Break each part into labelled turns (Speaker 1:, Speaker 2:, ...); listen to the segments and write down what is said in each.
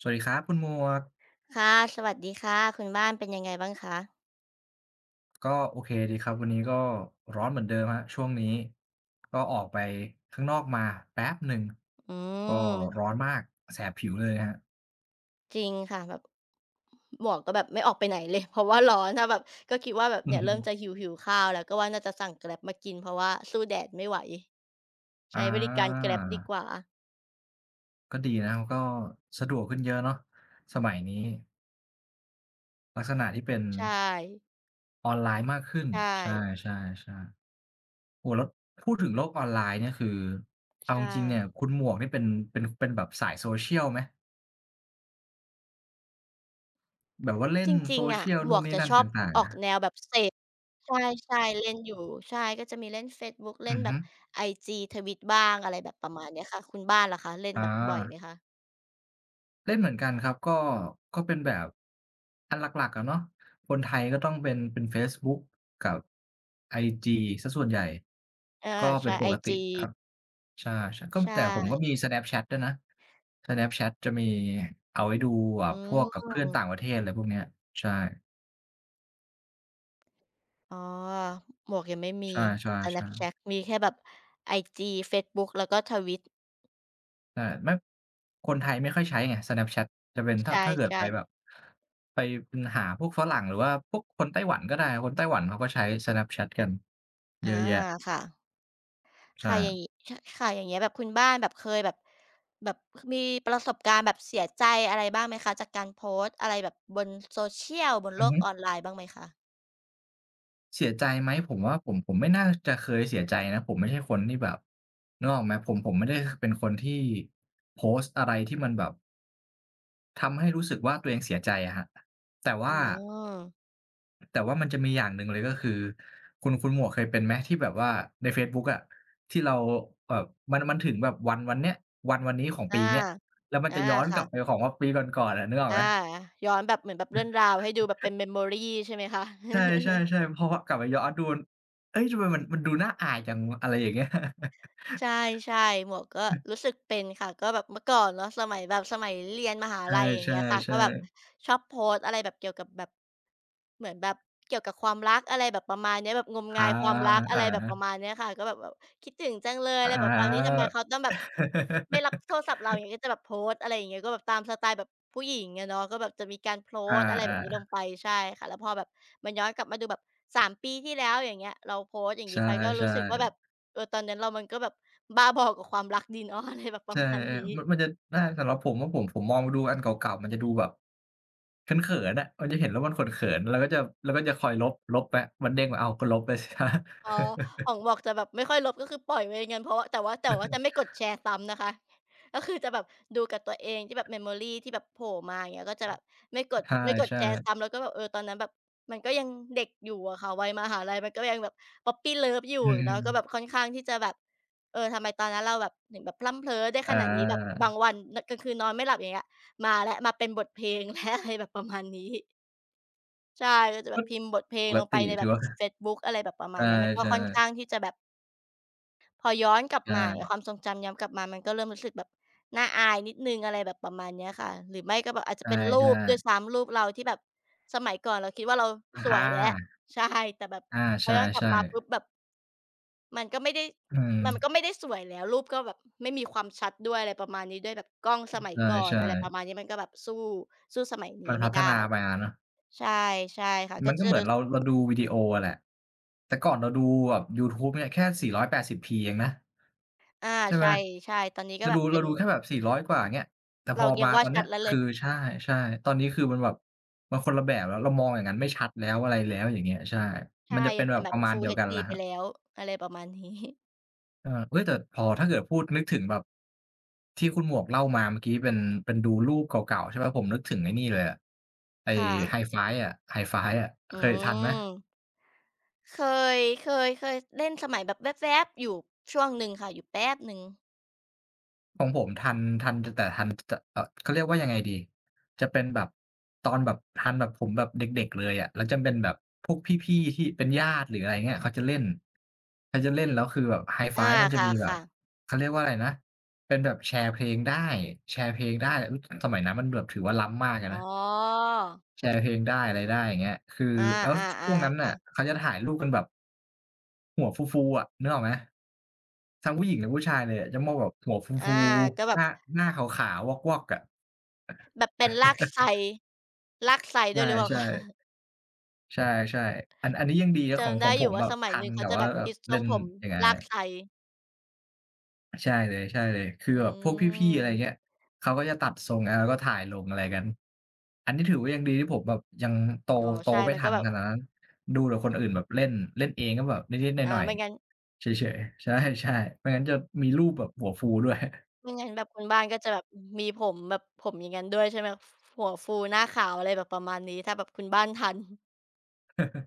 Speaker 1: สวัสดีครับคุณหมวก
Speaker 2: ค่ะสวัสดีค่ะคุณบ้านเป็นยังไงบ้างคะ
Speaker 1: ก็โอเคดีครับวันนี้ก็ร้อนเหมือนเดิมครับช่วงนี้ก็ออกไปข้างนอกมาแป๊บหนึ่ง
Speaker 2: อื
Speaker 1: ก็
Speaker 2: ม
Speaker 1: ร้อนมากแสบผิวเลยครับ
Speaker 2: จริงค่ะแบบหมวกก็แบบไม่ออกไปไหนเลย เพราะว่าร้อนถ้าแบบก็คิดว่าแบบ
Speaker 1: อื
Speaker 2: เนี่ยเริ่มจะ
Speaker 1: ม
Speaker 2: หิวข้าวแล้วก็ว่าน่าจะสั่ง Grab มากินเพราะว่าสู้แดดไม่ไหวใช้
Speaker 1: อา
Speaker 2: บริการ Grab ดีกว่า
Speaker 1: ก็ดีนะก็สะดวกขึ้นเยอะเนาะสมัยนี้ลักษณะที่เป็น
Speaker 2: ใช่
Speaker 1: ออนไลน์มากขึ้น
Speaker 2: ใช่
Speaker 1: ใช่ๆๆโอ้โฮแล้วพูดถึงโลกออนไลน์เนี่ยคือเอาจ
Speaker 2: ใช่
Speaker 1: ริงๆเนี่ยคุณหมวกนี่เป็นเป็นแบบสาย social ไหมแบบว่าเล่
Speaker 2: จ
Speaker 1: น
Speaker 2: ริงๆอะ
Speaker 1: social
Speaker 2: หม
Speaker 1: นู่
Speaker 2: ว
Speaker 1: น
Speaker 2: ก
Speaker 1: นี่
Speaker 2: จะ
Speaker 1: นั่น
Speaker 2: ช
Speaker 1: ต
Speaker 2: อบ
Speaker 1: ่าง
Speaker 2: อ
Speaker 1: ๆ
Speaker 2: อก
Speaker 1: อะ
Speaker 2: แนวแบบเสพใช่ๆเล่นอยู่ใช่ก็จะมีเล่นเฟซบุ๊กเล่
Speaker 1: อื
Speaker 2: น
Speaker 1: อ
Speaker 2: แบ
Speaker 1: ฮึ
Speaker 2: บไอจีทวิตบ้างอะไรแบบประมาณเนี้ยค่ะคุณบ้านล่ะคะเล่น
Speaker 1: อ่า
Speaker 2: แบบบ่อยไหมคะ
Speaker 1: เล่นเหมือนกันครับก็ก็เป็นแบบอันหลักๆอะเนาะคนไทยก็ต้องเป็นเฟซบุ๊กกับไอจีเสียส่วนใหญ่
Speaker 2: อา
Speaker 1: ก็เป็
Speaker 2: ใช่
Speaker 1: นป
Speaker 2: ไอ
Speaker 1: กติ
Speaker 2: จี
Speaker 1: ครับใช่ๆก็
Speaker 2: ใช่
Speaker 1: แต่ผมก็มี Snapchat ด้วยนะ Snapchat จะมีเอาไว้ดูแบ
Speaker 2: อื
Speaker 1: บพวกกับเพื่อนต่าง
Speaker 2: ม
Speaker 1: ประเทศอะไรพวกเนี้ยใช่
Speaker 2: อ๋อหมวกยังไม่มี
Speaker 1: ใช่ๆ
Speaker 2: Snapchat
Speaker 1: ๆ
Speaker 2: มีแค่แบบไอจีเฟซบุ๊กแล้วก็ Twitch
Speaker 1: ใช่ไม่คนไทยไม่ค่อยใช้ไง Snapchat จะเป็น
Speaker 2: ใช
Speaker 1: ถ้าเกิดไป
Speaker 2: ่
Speaker 1: แบบ
Speaker 2: ๆ
Speaker 1: ไปอืมหาพวกฝรั่งหรือว่าพวกคนไต้หวันก็ได้ คนไต้หวันเขาก็ใช้ Snapchat กันเย
Speaker 2: อา
Speaker 1: อะแยะ
Speaker 2: ค่ะ
Speaker 1: ใช่
Speaker 2: ค่ะอย่างงี้ชค่ะอย่างเงี้ยแบบคุณบ้านแบบเคยแบบแบบมีประสบการณ์แบบเสียใจอะไรบ้างไหมคะจากการโพสต์อะไรแบบบน Social บน
Speaker 1: อื
Speaker 2: โล
Speaker 1: อ
Speaker 2: ก
Speaker 1: ฮึ
Speaker 2: ออนไลน์บ้างไหมคะ
Speaker 1: เสียใจไหมผมว่าผมไม่น่าจะเคยเสียใจนะผมไม่ใช่คนที่แบบนึกออกไหมผมไม่ได้คเป็นคนที่โพสต์อะไรที่มันแบบทำให้รู้สึกว่าตัวเองเสียใจอะครับแต่
Speaker 2: อื
Speaker 1: ว่า
Speaker 2: ม
Speaker 1: แต่ว่ามันจะมีอย่างหนึ่งเลยก็คือคุณหมวกเคยเป็นไหมที่แบบว่าในเฟซบุ๊กอะที่เราเอ่อมันถึงแบบวันวันเนี้ยวันวันนี้ของปี
Speaker 2: อา
Speaker 1: เนี้ยแล้วมัน
Speaker 2: อา
Speaker 1: จะย้อนกลับไป
Speaker 2: ค่ะ
Speaker 1: ของว่าปีก่อนๆอะนึกออก
Speaker 2: อา
Speaker 1: ไหม
Speaker 2: ย้อนแบบเหมือนแบบเรื่องราวให้ดูแบบเป็น memory ใช่ไหมคะ
Speaker 1: ใช่ๆๆพอกลับไปย้อนดูเฮ้ยทำไมมันดูน่าอายจังอะไรอย่างเงี้ย
Speaker 2: ใช่ใช่หมวกก็รู้สึกเป็นค่ะก็แบบเมื่อก่อนเนาะสมัยแบบสมัยเรียนมหา ลัยอย่าง
Speaker 1: ใช
Speaker 2: เงี้ยค่ะก็
Speaker 1: ่
Speaker 2: แบบ
Speaker 1: ๆ
Speaker 2: ชอบโพสต์อะไรแบบเกี่ยวกับแบบเหมือนแบบเกี่ยวกับความรักอะไรแบบประมาณเนี้ยแบบงม
Speaker 1: ๆอา
Speaker 2: งายความรัก
Speaker 1: อ
Speaker 2: อะไรแบบประมา
Speaker 1: า
Speaker 2: ณเนี้ยค่ะก็แบบคิดถึงจังเลย
Speaker 1: อ
Speaker 2: อะไรแบบประมาณนี้ทำ
Speaker 1: า
Speaker 2: ไมเขาต้องแบบไม่รับโทรศัพท์เราอย่างเงี้ยก็จะแบบโพสต์อะไรอย่างเงี้ยก็แบบตามสไตล์แบบผู้หญิงอะเนาะก็แบบจะมีการโพ
Speaker 1: อ
Speaker 2: สต์อะไรแบบนี้ลง
Speaker 1: า
Speaker 2: ไปใช่ค่ะแล้วพอแบบมันย้อนกลับมาดูแบบ3ปีที่แล้วอย่างเงี้ยเราโพสต์อย่า
Speaker 1: ๆ
Speaker 2: ง
Speaker 1: ใช
Speaker 2: งี้ไปก็รู้
Speaker 1: ่
Speaker 2: สึกว่าแบบ
Speaker 1: ๆ
Speaker 2: เออตอนนั้นเรามันก็แบบบ้าบอกับความรักดีนอะ ออะไรแบบประ
Speaker 1: ใช่
Speaker 2: มาณนี้
Speaker 1: มันจะน่าสำหรับผมว่าผมผมองดูอันเก่าๆมันจะดูแบบ เขินๆอะมันจะเห็นแล้วมันเขินๆเราก็จะคอยลบไปมันเด้งมาอ้าวก็ลบไปสิครับ
Speaker 2: อ๋อของบอกจะแบบไม่ค่อยลบก็คือปล่อยไว้อย่างงั้นเพราะว่าแต่ว่าจะไม่กดแชร์ซ้ำนะคะ ก็คือจะแบบดูกับตัวเองที่แบบ memory ที่แบบโผล่มาอย่างเงี้ยก็จะแบบไม่กดไม่ก ด
Speaker 1: ใช่
Speaker 2: แชร์
Speaker 1: ๆ
Speaker 2: ซ้ำแล้วก็แบบเออตอนนั้นแบบมันก็ยังเด็กอยู่อะค่ะวัยมหาลัยมันก็ยังแบบ puppy love อยู่
Speaker 1: อื
Speaker 2: แล้วก็แบบ
Speaker 1: ม
Speaker 2: ค่อนข้างที่จะแบบเออทำไมตอนนั้นเราแบบถึงแบบพรั่ำเพ้อได้
Speaker 1: อ
Speaker 2: ขนาดนี้แบบ
Speaker 1: า
Speaker 2: บางวันนกลางคืนนอนไม่หลับอย่างเงี้ยมาแล้วมาเป็นบทเพลง แล้วอะไรแบบประมาณนี้ ใช่ก็จะแบบพิมพ์บทเพล
Speaker 1: ป
Speaker 2: ง
Speaker 1: ก
Speaker 2: ลงไป
Speaker 1: ติ
Speaker 2: ในแบ
Speaker 1: ถือ
Speaker 2: บ
Speaker 1: ว่า
Speaker 2: เฟซบุ๊กอะไรแบบประมา
Speaker 1: อา
Speaker 2: ณเนี้ยมันก็ค่อนข้าง
Speaker 1: ใช่
Speaker 2: ที่จะแบบพอย้อนกลับ
Speaker 1: ใช่
Speaker 2: มาอย่างเงี้ยความทรงจำย้อนกลับมามันก็เริ่มรู้สึกแบบน่าอายนิดหนึ่งอะไรแบบประมาณเนี้ยค่ะหรือไม่ก็แบบอาจจะเป็นรู
Speaker 1: ใช่
Speaker 2: ปด้วย
Speaker 1: ๆ
Speaker 2: ซ้ำรูปเราที่แบบสมัยก่อนเราคิดว่าเรา
Speaker 1: อ
Speaker 2: สวยแล้ว
Speaker 1: า
Speaker 2: ใช่แต่แบบ
Speaker 1: อา
Speaker 2: พ
Speaker 1: ใช
Speaker 2: อย้อนกลับ
Speaker 1: ่
Speaker 2: มาปุ๊บแบ
Speaker 1: ๆ
Speaker 2: บมันก็ไม่ได้
Speaker 1: อืม
Speaker 2: มันก็ไม่ได้สวยแล้วรูปก็แบบไม่มีความชัดด้วยอะไรประมาณนี้ด้วยแบบกล้องสมัยก่อน
Speaker 1: ใช่
Speaker 2: อะไรประมาณนี้มันก็แบบสู้สมัย
Speaker 1: ๆมั
Speaker 2: นี้
Speaker 1: นพั
Speaker 2: ไม่
Speaker 1: ฒ
Speaker 2: ได้
Speaker 1: นามาเนาะ
Speaker 2: ใช่ใช่ค่ะ
Speaker 1: มั
Speaker 2: ก็
Speaker 1: นก็
Speaker 2: จะ
Speaker 1: เหมือนเรา
Speaker 2: รู้
Speaker 1: เราดูวิดีโออะแหละแต่ก่อนเราดูแบบยูทูบเนี่ยแค่4 8 0ีเองนะ
Speaker 2: อา
Speaker 1: ใช่
Speaker 2: ใช
Speaker 1: ไหม
Speaker 2: ่ๆตอนนี้ก็
Speaker 1: เรา
Speaker 2: แบ
Speaker 1: ดู
Speaker 2: บเป็
Speaker 1: เรา
Speaker 2: น
Speaker 1: ดูแค่แบบ400 กว่าเงี้ยแต่พ
Speaker 2: เรา
Speaker 1: อ
Speaker 2: ยั
Speaker 1: มา
Speaker 2: งว่า
Speaker 1: ตอน
Speaker 2: ชั
Speaker 1: เนี้
Speaker 2: ด
Speaker 1: ย
Speaker 2: แล้วเล
Speaker 1: คื
Speaker 2: ย
Speaker 1: อใช่ๆตอนนี้คือมันแบบมันคนละแบบแล้วเรามองอย่างนั้นไม่ชัดแล้วอะไรแล้วอย่างเงี้ยใช่
Speaker 2: ใช่
Speaker 1: มันจะเป็
Speaker 2: ยั
Speaker 1: น
Speaker 2: ง
Speaker 1: แบ
Speaker 2: เป็น
Speaker 1: บ
Speaker 2: แบ
Speaker 1: ป
Speaker 2: บ
Speaker 1: ระมาณ
Speaker 2: Full
Speaker 1: เดียวกัน
Speaker 2: HD
Speaker 1: แหละค
Speaker 2: ไป
Speaker 1: รับ
Speaker 2: แล้วอะไรประมาณนี้
Speaker 1: เออเฮ้ยแต่พอถ้าเกิดพูดนึกถึงแบบที่คุณหมวกเล่ามาเมื่อกี้เป็นเป็นดูรูปเก่าๆใช่ไหมผมนึกถึงไอ้นี่เลยอะ ไอ้
Speaker 2: ค่ะ
Speaker 1: Hi-Fi อะ Hi-Fi อะ
Speaker 2: อื
Speaker 1: เคยทันไหม
Speaker 2: มเคเคยเล่นสมัยแบบแวบๆอยู่ช่วงหนึ่งค่ะอยู่แป๊บหนึ่ง
Speaker 1: ของผมทันทันจแต่ทันจะเขาเรียกว่ายังไงดีจะเป็นแบบตอนแบบทันแบบผมแบบเด็กๆเลยอะแล้วจะเป็นแบบพวกพี่ๆที่เป็นญาติหรืออะไรเงี้ยเขาจะเล่นแล้วคือแบบไฮไฟ
Speaker 2: อา
Speaker 1: ว์มันจะ
Speaker 2: ค
Speaker 1: มีแบบ
Speaker 2: ่ะๆ
Speaker 1: เขาเรียกว่าอะไรนะเป็นแบบแชร์เพลงได้แชร์เพลงได้อุ๊ยสมัยนั้นมันแบบถือว่าล้ำมากอะ
Speaker 2: อ๋อ
Speaker 1: นะ แชร์เพลงได้อะไรได้อย่างเงี้ยคือ
Speaker 2: อา
Speaker 1: แล้วช่วงนั้
Speaker 2: ๆ
Speaker 1: น
Speaker 2: ๆ
Speaker 1: น่ะ
Speaker 2: ค่ะ
Speaker 1: เขาจะถ่ายรูปกันแบบหัวฟูๆอะนึกออกไหม ทั้งผู้หญิงและผู้ชายเลยอะจะมองแบบหัว
Speaker 2: อา
Speaker 1: ฟู
Speaker 2: ก็
Speaker 1: ๆ
Speaker 2: แบ
Speaker 1: ห
Speaker 2: บ
Speaker 1: น้าหน้าขาวๆวอกๆอะ
Speaker 2: แบบเป็นรากไซรากไซด้วยหรือเปล่า
Speaker 1: ใช่
Speaker 2: คะ
Speaker 1: ๆใช่ๆอันนี้ยังดีนะของ
Speaker 2: จำ
Speaker 1: ขอ
Speaker 2: ได้
Speaker 1: งผ
Speaker 2: อยู่
Speaker 1: มแบ
Speaker 2: ว่า
Speaker 1: บ
Speaker 2: สมัย
Speaker 1: ทั
Speaker 2: ห
Speaker 1: น
Speaker 2: นึ่งเขา
Speaker 1: แต่
Speaker 2: จะ
Speaker 1: ว่า
Speaker 2: แบบ
Speaker 1: แบบ
Speaker 2: ฮิตทร
Speaker 1: เล่
Speaker 2: ง
Speaker 1: น
Speaker 2: ผม
Speaker 1: อย่างงั้น
Speaker 2: รากไซ
Speaker 1: ใช่เลยใช่เลยคือ
Speaker 2: อื
Speaker 1: แบบพวกพี่ๆอะไรเงี้ย
Speaker 2: ม
Speaker 1: เขาก็จะตัดทรงอาแล้วก็ถ่ายลงอะไรกันอันนี้ถือว่ายังดีที่ผมแบบยังโต
Speaker 2: อ๋อ
Speaker 1: โต
Speaker 2: ใช่
Speaker 1: ไม่
Speaker 2: มัน
Speaker 1: ทั
Speaker 2: ก็
Speaker 1: น
Speaker 2: แบบ
Speaker 1: ขนาดนั้นดูแต่คนอื่นแบบเล่นเล่นเองก็แบบนิดๆ
Speaker 2: อ่า
Speaker 1: หน่อย
Speaker 2: ไม่งั้น
Speaker 1: ๆเฉยๆใช่ๆไม่งั้นจะมีรูปแบบหัวฟูด้วย
Speaker 2: ไม่งั้นแบบคุณบ้านก็จะแบบมีผมแบบผมอย่างงั้นด้วยใช่ไหมฟหัวฟูหน้าขาวอะไรแบบประมาณนี้ถ้าแบบคุณบ้านทัน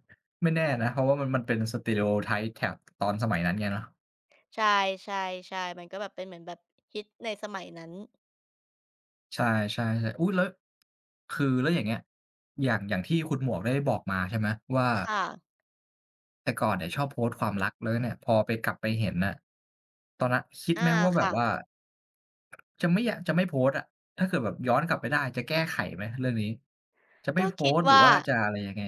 Speaker 1: ไม่แน่นะเพราะว่ามันเป็น stereotype แถบตอนสมัยนั้นไงเนาะ
Speaker 2: ใช่ๆๆมันก็แบบเป็นเหมือนแบบฮิตในสมัยนั้น
Speaker 1: ใช่ๆๆอุ๊ยแล้วคือแล้วอย่างเงี้ยอย่างที่คุณหมวกได้บอกมาใช่ไหมว่า
Speaker 2: ค่ะ
Speaker 1: แต่ก่อนเนี่ยชอบโพสต์ความรักแล้วเนี่ยพอไปกลับไปเห็นน่ะตอนนั้นคิด
Speaker 2: อา
Speaker 1: ไหมว่าแบบว่า
Speaker 2: ค่ะ
Speaker 1: จะไม่อยากจะไม่โพสต์อะถ้าเกิดแบบย้อนกลับไปได้จะแก้ไขไหมเรื่องนี้จะไม่
Speaker 2: ก็
Speaker 1: โพ
Speaker 2: คิด
Speaker 1: สต์หรือ
Speaker 2: ว่า
Speaker 1: ว่าจะอะไรยังไง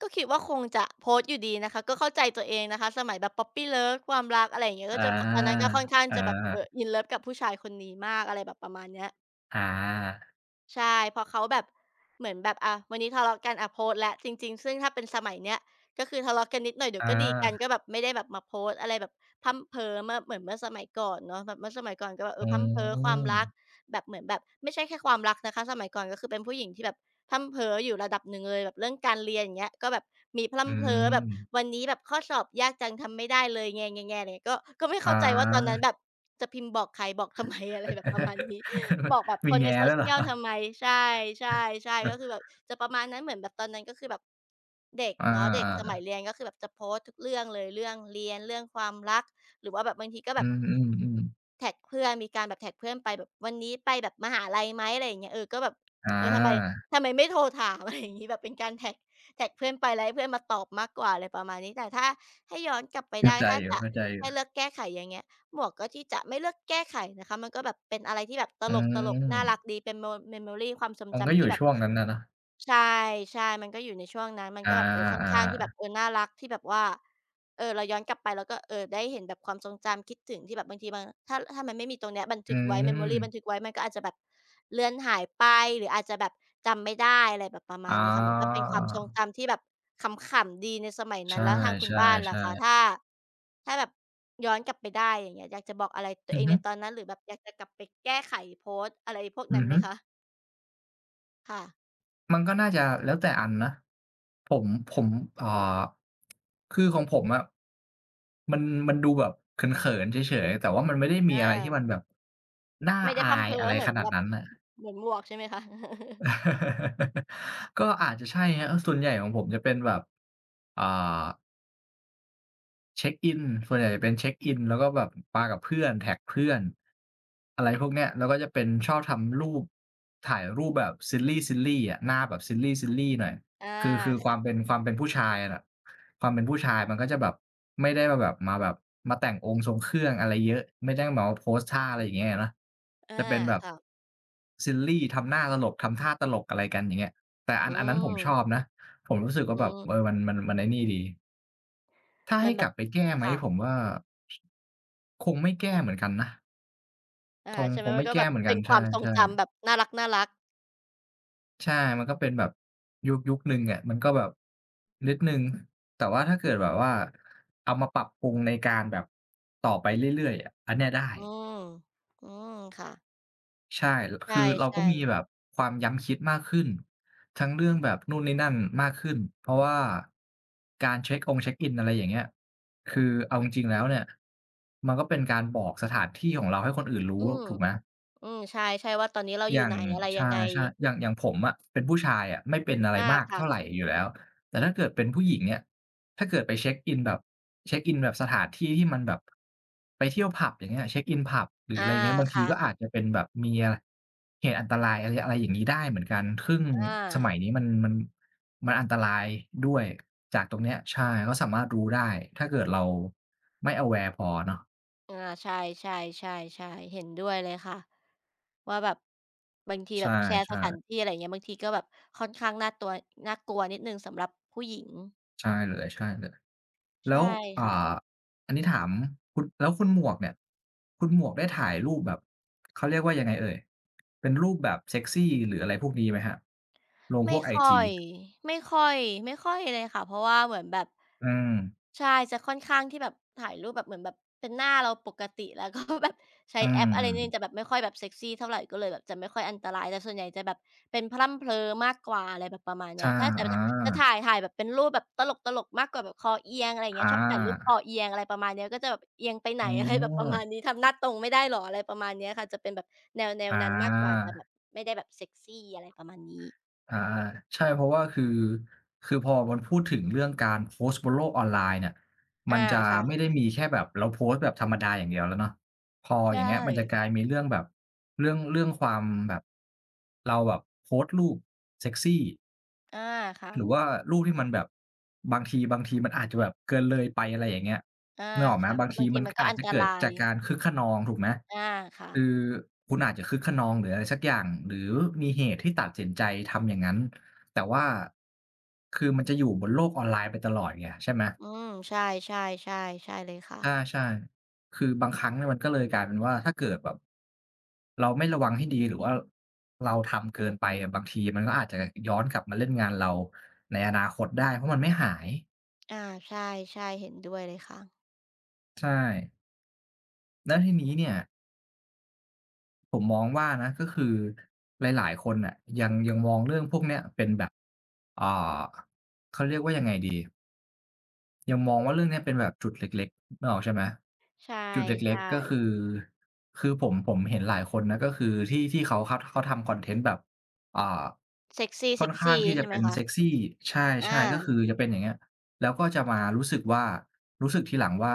Speaker 2: ก็คิดว่าคงจะโพสต์อยู่ดีนะคะก็เข้าใจตัวเองนะคะสมัยแบบ puppy love ความรักอะไรอย่างเงี้ยก็
Speaker 1: อา
Speaker 2: จะคตอนนั้นก็ค่อนข้าง
Speaker 1: อ
Speaker 2: จะแบบ
Speaker 1: า
Speaker 2: in love กับผู้ชายคนนี้มากอะไรแบบประมาณเนี้ย
Speaker 1: อา
Speaker 2: ใช่พอเขาแบบเหมือนแบบอะวันนี้ทะเลาะกันอะโพสต์แล้วจริงๆซึ่งถ้าเป็นสมัยเนี้ยก็คือทะเลาะกันนิดหน่อยเดี๋ยว
Speaker 1: อา
Speaker 2: ก็ดีกันก็แบบไม่ได้แบบมาโพสต์อะไรแบบพรั่มเพ้อเมื่อเหมือนเมื่อสมัยก่อนเนาะแบบเมื่อสมัยก่อนก็แบบ
Speaker 1: อื
Speaker 2: พรั่มเพ้อความรัก
Speaker 1: ม
Speaker 2: แบบเหมือนแบบไม่ใช่แค่ความรักนะคะสมัยก่อนก็คือเป็นผู้หญิงที่แบบพรั่มเพ้ออยู่ระดับหนึ่งเลยแบบเรื่องการเรียนอย่างเงี้ยก็แบบมีพรั่
Speaker 1: อื
Speaker 2: มเพ้อแบบ
Speaker 1: ม
Speaker 2: วันนี้แบบข้อสอบยากจังทำไม่ได้เลยแงๆๆอะไรเงี้ยก็ไม่
Speaker 1: อ
Speaker 2: เข้าใจว่าตอนนั้น
Speaker 1: า
Speaker 2: แบบจะพิมพ์บอกใครบอกทำไม อะไรแบบประมาณนี้ บอกแบบ ค
Speaker 1: มี
Speaker 2: นใน
Speaker 1: แง้
Speaker 2: โซ
Speaker 1: แล้วเหร
Speaker 2: เชี
Speaker 1: อ
Speaker 2: ยลทำไมใช่ใช่ใช่ก็คือแบบจะประมาณนั้นเหมือนแบบตอนนั้นก็คือแบบเด็ก
Speaker 1: อ
Speaker 2: เนาะเด็กสมั
Speaker 1: า
Speaker 2: ยเรียนก็คือแบบจะโพสต์ทุกเรื่องเลยเรื่องเรียนเรื่องความรักหรือว่าแบบบางทีก็
Speaker 1: ๆ
Speaker 2: แบ
Speaker 1: อื
Speaker 2: บ
Speaker 1: มๆๆ
Speaker 2: แท็กเพื่อนมีการแบบแท็กเพื่อนไปแบบวันนี้ไปแบบมหาลัยไหมอะไรอย่างเงี้ยก็แบบ
Speaker 1: อ
Speaker 2: ทำไม
Speaker 1: า
Speaker 2: ไม่โทรถาม อะไรอย่างงี้แบบเป็นการแท็กเพื่อนไปแล้วให้เพื่อนมาตอบมากกว่าอะไรประมาณนี้แต่ถ้าให้ย้อนกลับไป
Speaker 1: เข้า
Speaker 2: ได้
Speaker 1: ใจ
Speaker 2: ถ้า
Speaker 1: อย
Speaker 2: จะ
Speaker 1: ู่
Speaker 2: ให้เลือกแก้ไขอย่างเงี้ยหมวกก็ที่จะไม่เลือกแก้ไขนะคะมันก็แบบเป็นอะไรที่แบบต
Speaker 1: ๆอื
Speaker 2: ลกๆ
Speaker 1: ม
Speaker 2: น่ารักดีเป็น memory ความทรง
Speaker 1: มันก็อ
Speaker 2: จำที่
Speaker 1: ยู่
Speaker 2: แบบ
Speaker 1: ช่วงนั้นน่ะเนาะ
Speaker 2: ใช่มันก็อยู่ในช่วงนั้นมัน
Speaker 1: อ
Speaker 2: ก็แบบค่อน
Speaker 1: า
Speaker 2: ข้างที่แบ
Speaker 1: ๆ
Speaker 2: บน่ารักที่แบบว่าเราย้อนกลับไปแล้วก็ได้เห็นแบบความทรงจำคิดถึงที่แบบบางทีมันถ้ามันไม่มีตรงเนี้ยบัน
Speaker 1: อื
Speaker 2: ทึกไว้
Speaker 1: ม
Speaker 2: memory บันทึกไว้มันก็อาจจะแบบเลือนหายไปหรืออาจจะแบบจำไม่ได้อะไรแบบประมา
Speaker 1: อ๋
Speaker 2: ณ
Speaker 1: อ
Speaker 2: เนี้ยค่ะมันก็เป็นความทรงจำที่แบบขำๆดีในสมัยนั้นแล้วทาง
Speaker 1: ใช
Speaker 2: คุณบ้านล่ะ
Speaker 1: ่
Speaker 2: คะ
Speaker 1: ๆๆ
Speaker 2: ถ้าแบบย้อนกลับไปได้อย่างเงี้ยอยากจะบอกอะไรตัว
Speaker 1: อื
Speaker 2: เอ
Speaker 1: อ
Speaker 2: ง
Speaker 1: ฮึ
Speaker 2: ในตอนนั้นหรือแบบอยากจะกลับไปแก้ไขโพสต์อะไรพวก
Speaker 1: อื
Speaker 2: นั้
Speaker 1: อ
Speaker 2: นไหม
Speaker 1: ฮึ
Speaker 2: คะค่ะ
Speaker 1: มันก็น่าจะแล้วแต่อันนะ ผม ผม อ่า คือของผมอะมันมันดูแบบเขินๆเฉยๆแต่ว่ามันไม่ได้มีอะไรที่
Speaker 2: อา
Speaker 1: มันแบบน่า
Speaker 2: ไม่ได้พ
Speaker 1: อา
Speaker 2: ร่ำ
Speaker 1: ย
Speaker 2: เพร้อ
Speaker 1: อะไร
Speaker 2: เหมื
Speaker 1: ข
Speaker 2: อน
Speaker 1: นาด
Speaker 2: แบบ
Speaker 1: นั้นน่ะ
Speaker 2: เหมือนหมวกใช่ไหมคะ
Speaker 1: ก็อาจจะใช่ครับส่วนใหญ่ของผมจะเป็นแบบ อ่า เช็กอินส่วนใหญ่จะเป็นเช็กอินแล้วก็แบบปากับเพื่อนแท็กเพื่อนอะไรพวกเนี้ยแล้วก็จะเป็นชอบทำรูปถ่ายรูปแบบ silly silly อะหน้าแบบ silly silly หน่อย
Speaker 2: อา
Speaker 1: คือความเป็
Speaker 2: ค่ะ
Speaker 1: นความเป็นผู้ชายน่ะความเป็นผู้ชายมันก็จะแบบไม่ได้มาแบบมาแต่งองค์ทรงเครื่องอะไรเยอะไม่ได้แบบว่าโพสท่าอะไรอย่างเงี้ยอะนะ
Speaker 2: อา
Speaker 1: จะเป็นแบบ
Speaker 2: ค่ะ
Speaker 1: silly ทำหน้าตลกทำท่าตลกอะไรกันอย่างเงี้ยแต่อั
Speaker 2: อื
Speaker 1: นอันนั้นผมชอบ
Speaker 2: ม
Speaker 1: นะผมรู้สึกว่า
Speaker 2: อื
Speaker 1: แบบเออ
Speaker 2: ม
Speaker 1: มันไอ้นี่ดี ถ้า
Speaker 2: มั
Speaker 1: ให้
Speaker 2: นแบ
Speaker 1: กลั
Speaker 2: บ
Speaker 1: บไปแก้ไหม
Speaker 2: ค่ะ
Speaker 1: ผมว่าคงไม่แก้เหมือนกันนะค
Speaker 2: อา
Speaker 1: ง
Speaker 2: ใช่
Speaker 1: ค
Speaker 2: ไหม
Speaker 1: ง
Speaker 2: มั
Speaker 1: ไม่
Speaker 2: นก็แบ
Speaker 1: แก้
Speaker 2: บ
Speaker 1: เหมือนกั
Speaker 2: เป็
Speaker 1: น
Speaker 2: นความทรง
Speaker 1: ใช่
Speaker 2: จำแบบน่ารักๆ
Speaker 1: ๆใช่มันก็เป็นแบบยุคหนึ่งอะมันก็แบบนิดหนึ่งแต่ว่าถ้าเกิดแบบว่าเอามาปรับปรุงในการแบบต่อไปเรื่อยๆอะอันเนี้ยได้
Speaker 2: อืมอืมค่ะ
Speaker 1: ใช่ล
Speaker 2: ใช
Speaker 1: คือเราก็
Speaker 2: ่
Speaker 1: มีแบ
Speaker 2: ๆ
Speaker 1: บความย้ำคิดมากขึ้นทั้งเรื่องแบบนู่นนี่นั่นมากขึ้น เพราะว่าการเช็กอินอะไรอย่างเงี้ย คือเอาจริงๆแล้วเนี่ยมันก็เป็นการบอกสถานที่ของเราให้คนอื่นรู้
Speaker 2: อืม
Speaker 1: ถูกไหม
Speaker 2: อืมใช่ๆว่าตอนนี้เรา
Speaker 1: อ
Speaker 2: อยู่
Speaker 1: ย่าง
Speaker 2: ไหนอะไร
Speaker 1: ใช
Speaker 2: ยังไง
Speaker 1: ่ๆอย่างผมอะเป็นผู้ชายอะไม่เป็นอะไร
Speaker 2: อา
Speaker 1: มาก
Speaker 2: ค่ะ
Speaker 1: เท่าไรอยู่แล้วแต่ถ้าเกิดเป็นผู้หญิงเนี่ยถ้าเกิดไปเช็กอินแบบเช็กอินแบบสถานที่ที่มันแบบไปเที่ยวผับอย่างเงี้ยเช็กอินผับหรือ
Speaker 2: อา
Speaker 1: อะไรเงี้ยบางที
Speaker 2: ค่ะ
Speaker 1: ก็อาจจะเป็นแบบมีอะเหตุอันตรายอะไรอะไรอย่างงี้ได้เหมือนกันซึ่ง
Speaker 2: อ
Speaker 1: สมัยนี้
Speaker 2: า
Speaker 1: มันมันอันตรายด้วยจากตรงเนี้ยใช่ก็สามารถรู้ได้ถ้าเกิดเราไม่ aware พอเนาะ
Speaker 2: อาใช่ๆๆ่ใช่ใช่เห็นด้วยเลยค่ะว่าแบบบางที
Speaker 1: ใช
Speaker 2: แบบแชร์สถาน
Speaker 1: ่
Speaker 2: ที่อะไรอย่างเงี้ยบางทีก็แบบค่อนข้างน่ากลัวนิดหนึ่งสำหรับผู้หญิง
Speaker 1: ๆใช่เลยๆ แล้
Speaker 2: ใช่
Speaker 1: วอ่
Speaker 2: ค่ะ
Speaker 1: าอันนี้ถามคุณแล้วคุณหมวกเนี่ย คุณหมวกได้ถ่ายรูปแบบ เขาเรียกว่ายังไงเอ่ย เป็นรูปแบบเซกซีหรืออะไรพวกนี้ไหมครับลงพ
Speaker 2: ไม่
Speaker 1: วกไอ
Speaker 2: ค่อ
Speaker 1: จี
Speaker 2: ยไม่ค่อยไม่ค่อยเลยค่ะเพราะว่าเหมือนแบบ
Speaker 1: อืม
Speaker 2: ใช่จะค่อนข้างที่แบบถ่ายรูปแบบเหมือนแบบเป็นหน้าเราปกติ แล้วก็แบบใช้
Speaker 1: อื
Speaker 2: แอปอะไรเนี่ย
Speaker 1: ม
Speaker 2: จะแบบไม่ค่อยแบบเซกซีเท่าไรก็เลยแบบจะไม่ค่อยอันตรายแต่ส่วนใหญ่จะแบบเป็นพลั่มเพลอมากกว่าอะไรแบบประมาณเนี้
Speaker 1: ใช่
Speaker 2: ยถ้าจะ
Speaker 1: อา
Speaker 2: ถ่ายแบบเป็นรูปแบบตลกๆมากกว่าแบบคอเอียงอะไรอย่า
Speaker 1: อ
Speaker 2: งเงี้ยชอบถ่ายรูปค
Speaker 1: า
Speaker 2: อเอียงอะไรประมาณเนี้ยก็จะแบบเอียงไปไหน
Speaker 1: อื
Speaker 2: อะไรแบบประมาณนี้
Speaker 1: ม
Speaker 2: ทำหน้าตรงไม่ได้เหรออะไรประมาณเนี้ยค่ะจะเป็นแบบแนว
Speaker 1: อา
Speaker 2: ๆนั้นมากกว่าจะแบบไม่ได้แบบเซกซีอะไรประมาณนี้
Speaker 1: อาใช่เพราะว่าคือคือพอมันพูดถึงเรื่องการโพสต์บนโลกออนไลน์เนี่ย
Speaker 2: อา
Speaker 1: มันจะไม่
Speaker 2: ค่ะ
Speaker 1: ได้มีแค่แบบเราโพสต์แบบธรรมดาอย่างเดียวแล้วเนาะพออย่าง
Speaker 2: ใช่
Speaker 1: เงี้ยมันจะกลายมีเรื่องแบบเรื่องความแบบเราแบบโพสต์รูปเซ็กซี
Speaker 2: อาค่ะ
Speaker 1: หรือว่าลูกที่มันแบบบางทีมันอาจจะแบบเกินเลยไปอะไรอย่างเงี้ย
Speaker 2: อา
Speaker 1: นึกออกไหม
Speaker 2: ค่ะ
Speaker 1: บางที
Speaker 2: บางที
Speaker 1: มัน
Speaker 2: มันก็
Speaker 1: อาจ
Speaker 2: อัน
Speaker 1: จะ
Speaker 2: ต
Speaker 1: เกิด
Speaker 2: ราย
Speaker 1: จากการคึกคะนองถูกไหม
Speaker 2: อาค่ะ
Speaker 1: คือคุณอาจจะคึกคะนองหรืออะไรสักอย่างหรือมีเหตุที่ตัดสินใจทำอย่างงั้นแต่ว่าคือมันจะอยู่บนโลกออนไลน์ไปตลอดไงใช่ไหม
Speaker 2: อืมใช่ๆๆใช่เลยค่ะ
Speaker 1: ใช่ๆคือบางครั้งเนี่ยมันก็เลยกลายเป็นว่าถ้าเกิดแบบเราไม่ระวังให้ดีหรือว่าเราทำเกินไปอะบางทีมันก็อาจจะย้อนกลับมาเล่นงานเราในอนาคตได้เพราะมันไม่หาย
Speaker 2: อาใช่ๆเห็นด้วยเลยค่ะ
Speaker 1: ใช่แล้วทีนี้เนี่ยผมมองว่านะก็คือหลายๆคนน่ะยังมองเรื่องพวกเนี้ยเป็นแบบอ่าเขาเรียกว่ายังไงดี ยังมองว่าเรื่องเนี้ยเป็นแบบจุดเล็กๆนึกออกใช่ไหม
Speaker 2: ใช่
Speaker 1: จุดเล็กๆก็คือ
Speaker 2: ๆ
Speaker 1: คือผมเห็นหลายคนนะก็คือที่เขาทำคอนเทนต์แบบอ่า
Speaker 2: เซ็กซี
Speaker 1: ค่อนข้างที่จะ
Speaker 2: ใช่ไหม
Speaker 1: เป็น
Speaker 2: คะ
Speaker 1: เซ็กซีใช
Speaker 2: อา
Speaker 1: ่ๆก็คือจะเป็นอย่างเงี้ยแล้วก็จะมารู้สึกว่ารู้สึกทีหลังว่า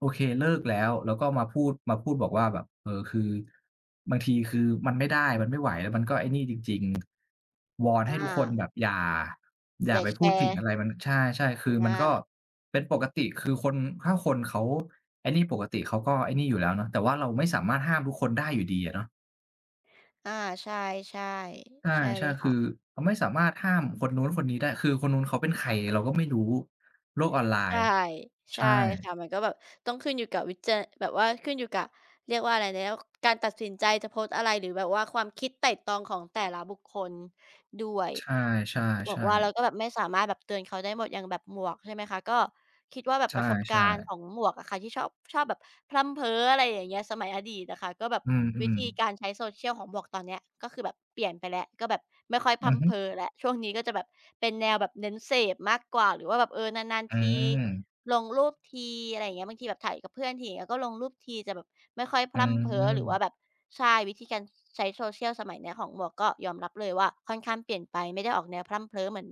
Speaker 1: โอเคเลิกแล้วแล้วก็มาพูดบอกว่าแบบเออคือบางทีคือมันไม่ได้มันไม่ไหวแล้วมันก็ไอ้นี่จริงๆวอนให้ทุกคน
Speaker 2: อา
Speaker 1: แบบอย่า อ
Speaker 2: อ
Speaker 1: ย่า
Speaker 2: ย่า
Speaker 1: ไป
Speaker 2: แช
Speaker 1: พูดถึง
Speaker 2: ร์
Speaker 1: อะไรมันใช่ๆคือมันก็
Speaker 2: อา
Speaker 1: เป็นปกติคือคนถ้าคนเขาไอ้นี่ปกติเขาก็ไอ้นี่อยู่แล้วเนาะแต่ว่าเราไม่สามารถห้ามทุกคนได้อยู่ดีอะเนาะ
Speaker 2: อาใช่ๆใช่เล
Speaker 1: ใช่
Speaker 2: ย
Speaker 1: ๆคื
Speaker 2: ค่ะ
Speaker 1: อเราไม่สามารถห้ามคนนู้นคนนี้ได้คือคนนู้นเขาเป็นใครเราก็ไม่รู้โลกออนไล
Speaker 2: ใช่
Speaker 1: น์
Speaker 2: ใช่
Speaker 1: ใช่
Speaker 2: ค่ะมันก็แบบต้องขึ้นอยู่กับวิจาแบบว่าขึ้นอยู่กับ เรียกว่าอะไรแล้วการตัดสินใจจะโพสต์อะไรหรือแบบว่าความคิดไตร่ตรองของแต่ละบุคคลด้วย
Speaker 1: ใช่
Speaker 2: บอก
Speaker 1: ๆ
Speaker 2: ว่าเรา
Speaker 1: ๆ
Speaker 2: ก็แบบไม่สามารถแบบเตือนเขาได้หมดอย่างแบบหมวกใช่ไหมคะก็คิดว่าแบบ
Speaker 1: ใ
Speaker 2: ประสบกา
Speaker 1: ช่
Speaker 2: รณ์ของ
Speaker 1: ๆ
Speaker 2: หมวกอะค่ะที่ชอบแบบพร่ำเพ้ออะไรอย่างเงี้ยสมัยอดีตอะค่ะก็แบบ
Speaker 1: อื
Speaker 2: วิ
Speaker 1: ม
Speaker 2: ธี
Speaker 1: ๆ
Speaker 2: การใช้ social ของหมวกตอนเนี้ยก็คือแบบเปลี่ยนไปแล้วก็แบบไม่ค่อยพ
Speaker 1: อือ
Speaker 2: ร่ำ
Speaker 1: ฮึ
Speaker 2: เพ้อแล้วช่วงนี้ก็จะแบบเป็นแนวแบบเน้นเสพมากกว่าหรือว่าแบบนานๆ
Speaker 1: อื
Speaker 2: ที
Speaker 1: ม
Speaker 2: ลงรูปทีอะไรอย่างเงี้ยบางทีแบบถ่ายกับเพื่อนทีอย่างเงี้ยก็ลงรูปทีจะแบบ ไม่ค่อยพ
Speaker 1: อื
Speaker 2: ร่ำเพ้อ
Speaker 1: ม
Speaker 2: หรือว่าแบบใช่วิธีการใช้โซเชียลสมัยเนี้ยของหมวกก็ยอมรับเลยว่าค่อนข้างเปลี่ยนไปไม่ได้ออกแนวพร่ำเพ้อเหมือน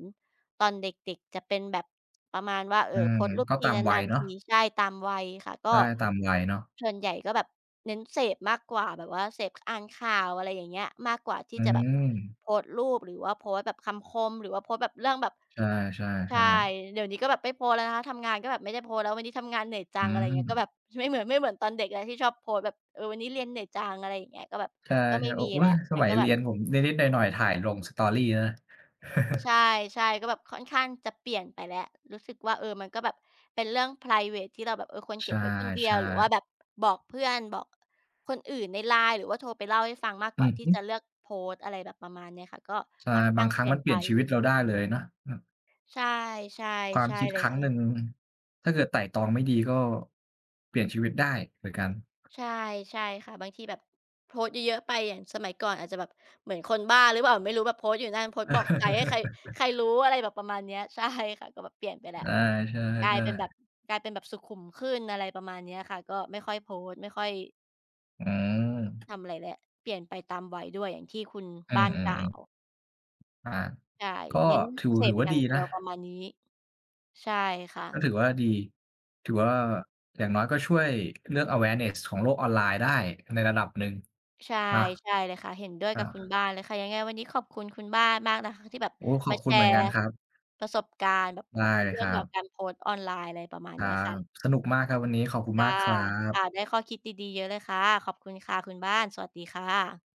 Speaker 2: ตอนเด็กๆจะเป็นแบบประมาณว่า
Speaker 1: อืม
Speaker 2: โพสต์รูป
Speaker 1: ก็
Speaker 2: ที
Speaker 1: ตามวั
Speaker 2: นา
Speaker 1: ย
Speaker 2: นๆ
Speaker 1: เนาะ
Speaker 2: ทีใช่ตามวัยค่ะก็
Speaker 1: ใช่ตามวัยเนาะ
Speaker 2: ส่วนใหญ่ก็แบบเน้นเสพมากกว่าแบบว่าเสพอ่านข่าวอะไรอย่างเงี้ยมากกว่าที่
Speaker 1: อื
Speaker 2: จะแบบ
Speaker 1: ม
Speaker 2: โพสต์รูปหรือว่าโพสต์แบบคำคมหรือว่าโพสต์แบบเรื่องแบบ
Speaker 1: ใช่
Speaker 2: ใช่
Speaker 1: ๆๆ
Speaker 2: เดี๋ยวนี้ก็แบบไม่โพสต์แล้วนะคะทำงานก็แบบไม่ได้โพสต์แล้ววันนี้ทำงานเหนื่อยจั
Speaker 1: อื
Speaker 2: งอะไรอย่าง
Speaker 1: ม
Speaker 2: เงี้ยก็แบบ ไม่เหมือนตอนเด็กแล้วที่ชอบโพสต์แบบวันนี้เรียนเหนื่อยจังอะไรอย่างเงี้ยก็แบบ
Speaker 1: ใช่
Speaker 2: ก็ไม่
Speaker 1: ๆโอ้
Speaker 2: มี
Speaker 1: อุ๊ย
Speaker 2: แล้ว
Speaker 1: ส
Speaker 2: มัน
Speaker 1: มัย
Speaker 2: ก็แบ
Speaker 1: เรี
Speaker 2: บ
Speaker 1: ยนผมนิดๆหน่อยๆถ่ายลง Story นะ
Speaker 2: ใช่ๆก็แบบค่อนข้างจะเปลี่ยนไปแล้วรู้สึกว่ามันก็แบบเป็นเรื่องไพรเวตที่เราแบบควร
Speaker 1: ใ
Speaker 2: เก็บไว้คนเดียว
Speaker 1: ช่
Speaker 2: หรือว่าแบบ
Speaker 1: ๆ
Speaker 2: บอกเพื่อนบอกคนอื่นใน LINE หรือว่าโทรไปเล่าให้ฟังมากก
Speaker 1: อื
Speaker 2: ว่า
Speaker 1: อ
Speaker 2: ที่
Speaker 1: ฮึ
Speaker 2: จะเลือกโพสต์อะไรแบบประมาณเนี้ยค่ะก็
Speaker 1: ใช่
Speaker 2: ค่อน
Speaker 1: บา
Speaker 2: ข้า
Speaker 1: ง
Speaker 2: ง
Speaker 1: ค
Speaker 2: เป
Speaker 1: รั้ง
Speaker 2: ลี่ย
Speaker 1: มั
Speaker 2: น
Speaker 1: นเป
Speaker 2: ไป
Speaker 1: ลี่ยนชีวิตเราได้เลยเนาะอือ
Speaker 2: ใช่
Speaker 1: ควา
Speaker 2: ๆ
Speaker 1: ม
Speaker 2: ใช่
Speaker 1: คิด
Speaker 2: เล
Speaker 1: ค
Speaker 2: ย
Speaker 1: รั้งหนึ่ง
Speaker 2: ค่ะ
Speaker 1: ถ้าเกิดไตร่ตรองไม่ดีก็เปลี่ยนชีวิตได้เหมือนกัน
Speaker 2: ใช่ใช่ค่ะบางทีแบบโพสต์เยอะๆไปอย่างสมัยก่อนอาจจะแบบเหมือนคนบ้าหรือเปล่าไม่รู้แบบโพสต์อยู่นั่นโพสต์บอกใครให้ใคร ใครรู้อะไรแบบประมาณเนี้ยใช่ค่ะก็แบบเปลี่ยนไปแหละ
Speaker 1: อา
Speaker 2: กลาย
Speaker 1: ใช่
Speaker 2: เป็นแบบกลายเป็นแบบสุขุมขึ้นอะไรประมาณเนี้ยค่ะก็ไม่ค่อยโพสต์ไม่ค่อย
Speaker 1: ๆอืม
Speaker 2: ทำอะไรแล้วเปลี่ยนไปตามวัยด้วยอย่างที่คุณ
Speaker 1: อื
Speaker 2: บ้านก
Speaker 1: ม
Speaker 2: ล่าว
Speaker 1: ๆๆอา
Speaker 2: ใช่
Speaker 1: ก็
Speaker 2: เน้น
Speaker 1: ถือ
Speaker 2: เส
Speaker 1: ถื
Speaker 2: พ
Speaker 1: อ
Speaker 2: อ
Speaker 1: ว่า
Speaker 2: ย่า
Speaker 1: ดี
Speaker 2: งเดี
Speaker 1: นะ
Speaker 2: ยวประมาณนี้ใช่ค่ะ
Speaker 1: ก็ถือว่าดีถือว่าอย่างน้อยก็ช่วยเรื่อง awareness ของโลกออนไลน์ได้ในระดับหนึ่ง
Speaker 2: ใช่
Speaker 1: เนาะ
Speaker 2: ใช่เลยค่ะเห็นด้วยกั
Speaker 1: อา
Speaker 2: บคุณบ้านเลยค่ะยังไงวันนี้ขอบคุณคุณบ้านมากนะคะที่แบบ
Speaker 1: โอ้ขอ
Speaker 2: มา
Speaker 1: บคุ
Speaker 2: แช
Speaker 1: ณเหมือน
Speaker 2: ร์
Speaker 1: กันครับ
Speaker 2: ประสบการณ์แบบโพ
Speaker 1: ได้เลย
Speaker 2: เรื่
Speaker 1: ค
Speaker 2: อง
Speaker 1: รั
Speaker 2: แบ
Speaker 1: บ
Speaker 2: บการโพสต์ออนไลน์อะไรประมาณ
Speaker 1: ครั
Speaker 2: เนี้ย
Speaker 1: บ
Speaker 2: ค่ะ
Speaker 1: สนุกมากครับวันนี้ขอบคุณ
Speaker 2: ค่ะ
Speaker 1: มากครั
Speaker 2: ค่ะ
Speaker 1: บ
Speaker 2: ได้ข้อคิดดีๆเยอะเลยค่ะขอบคุณค่ะคุณบ้านสวัสดีค่ะ